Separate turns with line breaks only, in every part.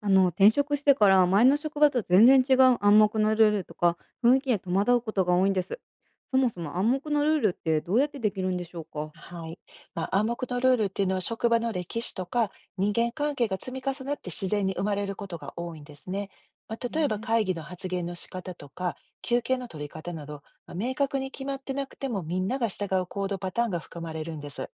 転職してから前の職場と全然違う暗黙のルールとか雰囲気に戸惑うことが多いんです。そもそも暗黙のルールってどうやってできるんでしょうか？
はい。まあ、暗黙のルールっていうのは職場の歴史とか人間関係が積み重なって自然に生まれることが多いんですね。まあ、
へ
例えば
え。
会議の発言の仕方とか休憩の取り方など、まあ、明確に決まってなくてもみんなが従う行動パターンが含まれるんです。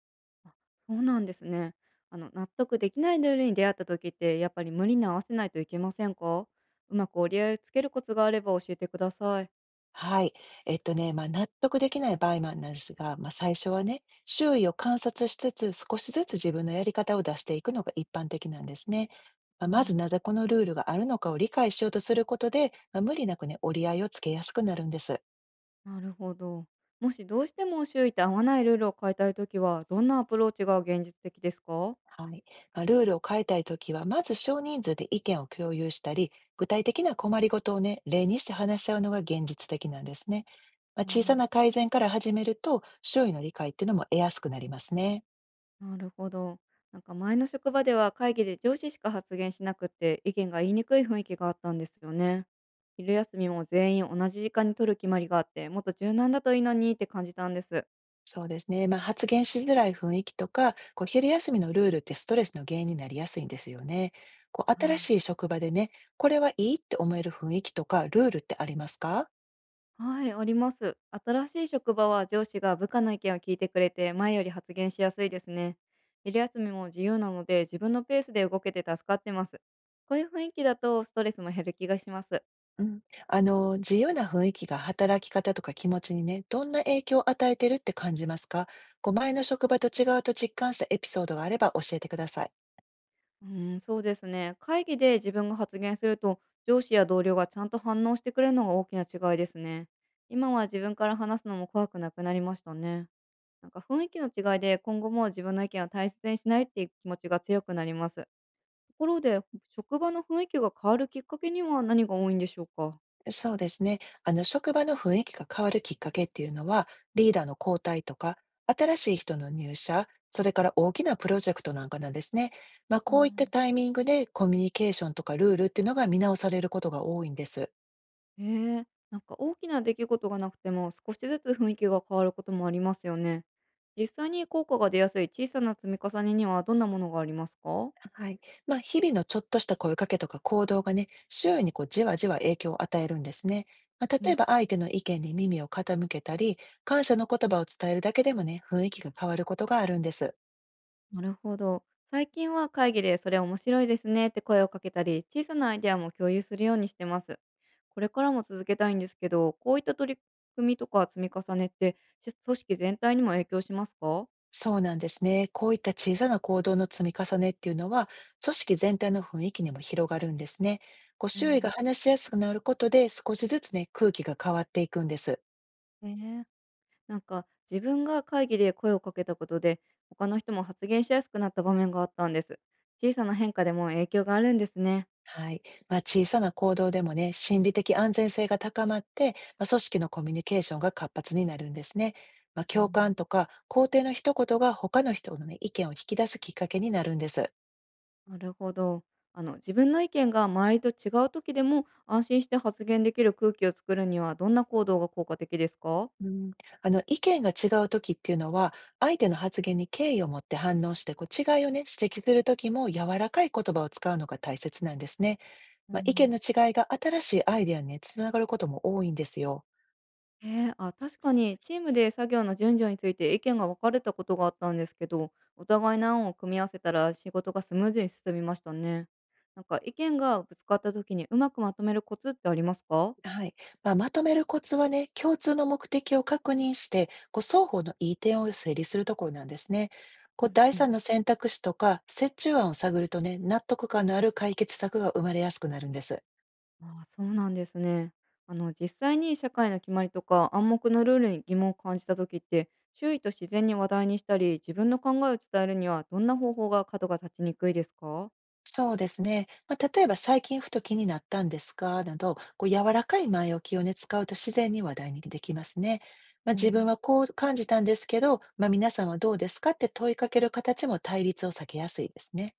あ、そうなんですね。納得できないルールに出会った時ってやっぱり無理に合わせないといけませんか？うまく折り合いをつけるコツがあれば教えてください。
はい。まあ、納得できない場合もあるんですが、まあ、最初はね、周囲を観察しつつ、少しずつ自分のやり方を出していくのが一般的なんですね。まあ、
う
まず、
ん、
なぜこのルールがあるのかを理解しようとすることで、まあ、無理なくね、折り合いをつけやすくなるんです。
なるほど。もしどうしても周囲と合わないルールを変えたい時はどんなアプローチが現実的ですか？
はい。まあ、ルールを変えたいときは、まず少人数で意見を共有したり、具体的な困りごとをね、例にして話し合うのが現実的なんですね。まあ、小さな改善から始めると、周囲の理解っていうのも得やすくなりますね。
なるほど。なんか前の職場では会議で上司しか発言しなくて意見が言いにくい雰囲気があったんですよね。昼休みも全員同じ時間に取る決まりがあって、もっと柔軟だといいのにって感じたんです。
そうですね。まあ、発言しづらい雰囲気とか、こう昼休みのルールってストレスの原因になりやすいんですよね。こう
は
新
い。
しい職場でね、これはいいって思える雰囲気とか、ルールってありますか？
はい、あります。新しい職場は上司が部下の意見を聞いてくれて、前より発言しやすいですね。昼休みも自由なので自分のペースで動けて助かってます。こういう雰囲気だとストレスも減る気がします。
うん、自由な雰囲気が働き方とか気持ちにね、どんな影響を与えてるって感じますか？こう前の職場と違うと実感したエピソードがあれば教えてください。
うーん、そうですね。会議で自分が発言すると、上司や同僚がちゃんと反応してくれるのが大きな違いですね。今は自分から話すのも怖くなくなりましたね。なんか雰囲気の違いで今後も自分の意見を大切にしないっていう気持ちが強くなります。ところで、職場の雰囲気が変わるきっかけには何が多いんでしょうか？
そうですね。職場の雰囲気が変わるきっかけっていうのは、リーダーの交代とか、新しい人の入社、それから大きなプロジェクトなんかなんですね。まあ、
う
こういった
ん。
タイミングでコミュニケーションとかルールっていうのが見直されることが多いんです。
へえ。なんか大きな出来事がなくても少しずつ雰囲気が変わることもありますよね。実際に効果が出やすい小さな積み重ねにはどんなものがありますか？
はい。まあ、日々のちょっとした声かけとか行動がね、周囲にこうじわじわ影響を与えるんですね。まあ、例えば相手の意見に耳を傾けたり、感謝の言葉を伝えるだけでもね、雰囲気が変わることがあるんです。
なるほど。最近は会議でそれ面白いですねって声をかけたり、小さなアイデアも共有するようにしてます。これからも続けたいんですけど、こういった取り組みとか積み重ねって、し組織全体にも影響しますか？
そうなんですね。こういった小さな行動の積み重ねっていうのは、組織全体の雰囲気にも広がるんですね。ご
う
周囲が
ん。
話しやすくなることで、少しずつね、空気が変わっていくんです。
ねえ、なんか自分が会議で声をかけたことで、他の人も発言しやすくなった場面があったんです。小さな変化でも影響があるんですね。
はい。まあ、小さな行動でもね、心理的安全性が高まって、まあ、組織のコミュニケーションが活発になるんですね。まあ、
う
共感
ん、
とか肯定の一言が他の人の、ね、意見を引き出すきっかけになるんです。
なるほど。あの、自分の意見が周りと違う時でも安心して発言できる空気を作るにはどんな行動が効果的ですか？
うん、意見が違う時っていうのは、相手の発言に敬意を持って反応して、こう違いをね、指摘する時も柔らかい言葉を使うのが大切なんですね。
う
まあ、意見
ん。
の違いが新しいアイデアにね、つながることも多いんですよ。
あ、確かにチームで作業の順序について意見が分かれたことがあったんですけど、お互いの案を組み合わせたら仕事がスムーズに進みましたね。なんか意見がぶつかった時にうまくまとめるコツってありますか？
はい。まあ、まとめるコツはね、共通の目的を確認して、こう双方の良い点を整理するところなんですね。こ
う
う
ん
第
うん。
三の選択肢とか折衷案を探るとね、納得感のある解決策が生まれやすくなるんです。
ああ、そうなんですね。あの、実際に社会の決まりとか暗黙のルールに疑問を感じた時って、周囲と自然に話題にしたり自分の考えを伝えるにはどんな方法が角が立ちにくいですか？
そうですね。まあ、例えば最近ふと気になったんですかなど、こう柔らかい前置きをね、使うと自然に話題にできますね。まあ、
う
自分は
ん、
こう感じたんですけど、まあ、皆さんはどうですかって問いかける形も対立を避けやすいですね。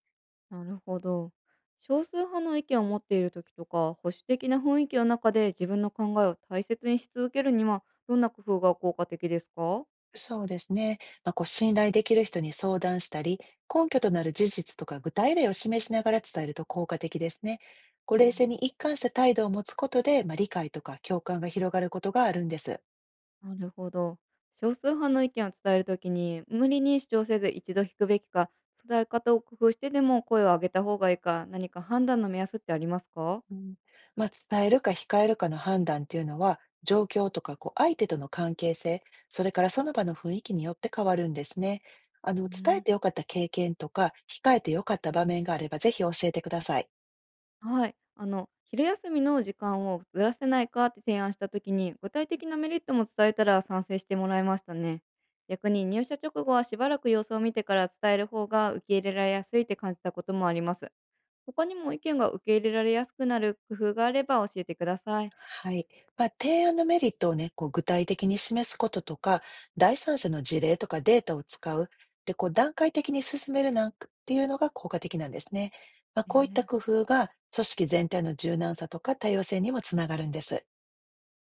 なるほど。少数派の意見を持っている時とか保守的な雰囲気の中で自分の考えを大切にし続けるにはどんな工夫が効果的ですか？
そうですね。まあ、こう信頼できる人に相談したり、根拠となる事実とか具体例を示しながら伝えると効果的ですね。こう冷静に一貫した態度を持つことで、まあ、理解とか共感が広がることがあるんです。
なるほど。少数派の意見を伝えるときに、無理に主張せず一度引くべきか、伝え方を工夫してでも声を上げた方がいいか、何か判断の目安ってありますか？
うん、まあ、伝えるか控えるかの判断っていうのは、状況とかこう相手との関係性、それからその場の雰囲気によって変わるんですね。
う
伝え
ん、
てよかった経験とか、控えてよかった場面があれば、ぜひ教えてください。
はい。あの、昼休みの時間をずらせないかって提案したときに、具体的なメリットも伝えたら賛成してもらいましたね。逆に入社直後はしばらく様子を見てから伝える方が受け入れられやすいって感じたこともあります。他にも意見が受け入れられやすくなる工夫があれば教えてください。
はい。まあ、提案のメリットをね、こう具体的に示すこととか、第三者の事例とかデータを使う。で、こう段階的に進めるなんていうのが効果的なんですね。まあ、こういった
え
工
え。
夫が組織全体の柔軟さとか多様性にもつながるんです。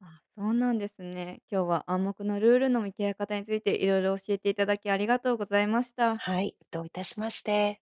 あ、そうなんですね。今日は暗黙のルールの見極め方についていろいろ教えていただきありがとうございました。
はい、どういたしまして。